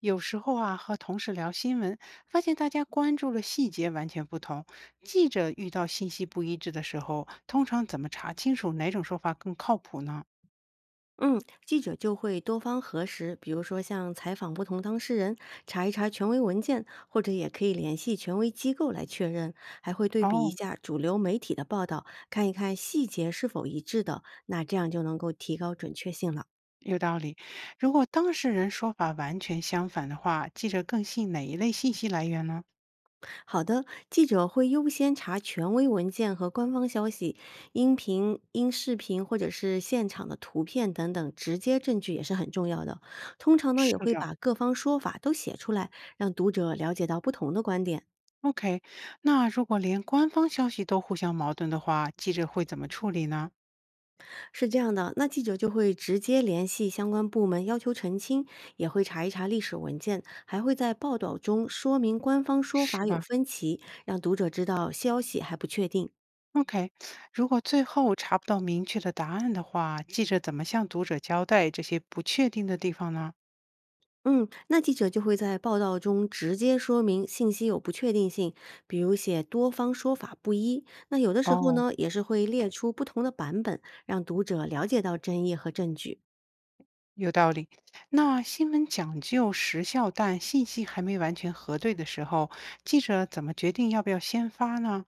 有时候啊，和同事聊新闻，发现大家关注的细节完全不同。记者遇到信息不一致的时候，通常怎么查清楚哪种说法更靠谱呢？嗯，记者就会多方核实，比如说像采访不同当事人，查一查权威文件，或者也可以联系权威机构来确认，还会对比一哦，下主流媒体的报道，看一看细节是否一致的，那这样就能够提高准确性了。有道理。如果当事人说法完全相反的话，记者更信哪一类信息来源呢？好的，记者会优先查权威文件和官方消息，音频、音视频或者是现场的图片等等直接证据也是很重要的。通常呢，是也会的。把各方说法都写出来，让读者了解到不同的观点。OK，那如果连官方消息都互相矛盾的话，记者会怎么处理呢？是这样的，那记者就会直接联系相关部门要求澄清，也会查一查历史文件，还会在报道中说明官方说是法有吧？分歧，让读者知道消息还不确定。OK，如果最后查不到明确的答案的话，记者怎么向读者交代这些不确定的地方呢？嗯，那记者就会在报道中直接说明信息有不确定性，比如写多方说法不一。那有的时候哦，呢，也是会列出不同的版本，让读者了解到争议和证据。有道理。那新闻讲究时效，但信息还没完全核对的时候，记者怎么决定要不要先发呢？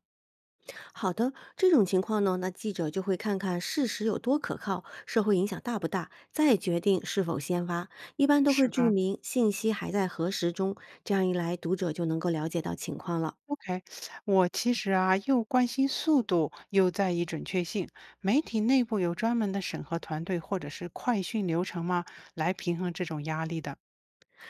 好的，这种情况呢，那记者就会看看事实有多可靠，社会影响大不大，再决定是否先发。一般都会是注吧明信息还在核实中，这样一来，读者就能够了解到情况了。？OK，我其实啊，又关心速度，又在意准确性。媒体内部有专门的审核团队或者是快讯流程吗？来平衡这种压力的。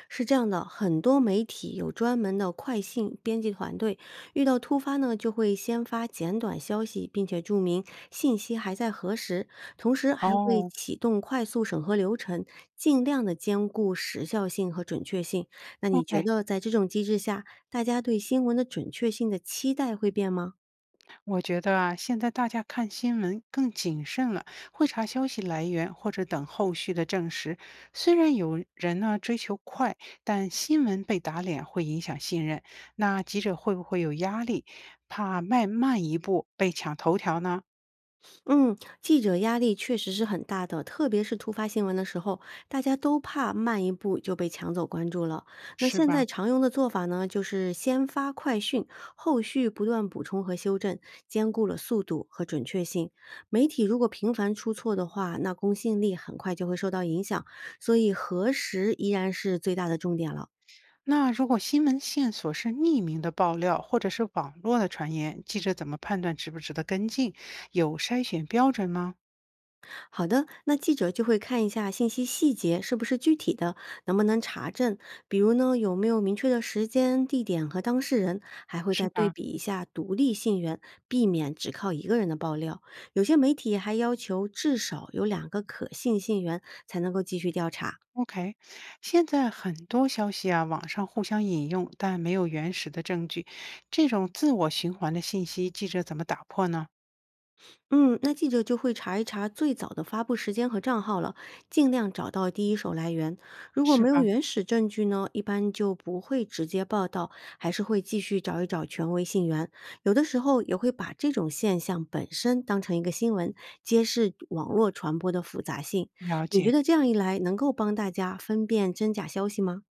是这样的，很多媒体有专门的快信编辑团队，遇到突发呢，就会先发简短消息，并且注明信息还在核实，同时还会哦启动快速审核流程，尽量的兼顾时效性和准确性。那你觉，OK。得在这种机制下，大家对新闻的准确性的期待会变吗？我觉得啊，现在大家看新闻更谨慎了，会查消息来源或者等后续的证实。虽然有人呢追求快，但新闻被打脸会影响信任。那记者会不会有压力，怕迈慢一步被抢头条呢？嗯，记者压力确实是很大的，特别是突发新闻的时候，大家都怕慢一步就被抢走关注了。那是现在吧？常用的做法呢，就是先发快讯，后续不断补充和修正，兼顾了速度和准确性。媒体如果频繁出错的话，那公信力很快就会受到影响，所以核实依然是最大的重点了。那如果新闻线索是匿名的爆料或者是网络的传言，记者怎么判断值不值得跟进？有筛选标准吗？好的，那记者就会看一下信息细节是不是具体的，能不能查证，比如呢有没有明确的时间、地点和当事人，还会再是对吧？比一下独立信源，避免只靠一个人的爆料。有些媒体还要求至少有两个可信信源才能够继续调查。OK，现在很多消息啊，网上互相引用，但没有原始的证据，这种自我循环的信息，记者怎么打破呢？嗯，那记者就会查一查最早的发布时间和账号了，尽量找到第一手来源。如果是没有吧？原始证据呢，一般就不会直接报道，还是会继续找一找权威信源。有的时候也会把这种现象本身当成一个新闻，揭示网络传播的复杂性。了你觉解，得这样一来，能够帮大家分辨真假消息吗？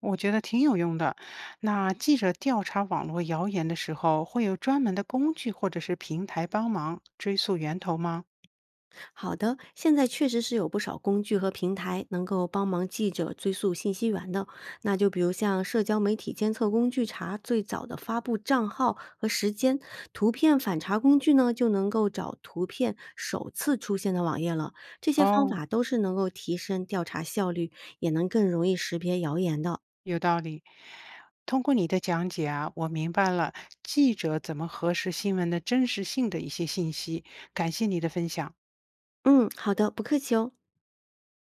我觉得挺有用的。那记者调查网络谣言的时候，会有专门的工具或者是平台帮忙追溯源头吗？好的，现在确实是有不少工具和平台能够帮忙记者追溯信息源的。那就比如像社交媒体监测工具查最早的发布账号和时间，图片反查工具呢就能够找图片首次出现的网页了。这些方哦，法都是能够提升调查效率，也能更容易识别谣言的。有道理。通过你的讲解啊，我明白了记者怎么核实新闻的真实性的一些信息。感谢你的分享。嗯，好的，不客气哦。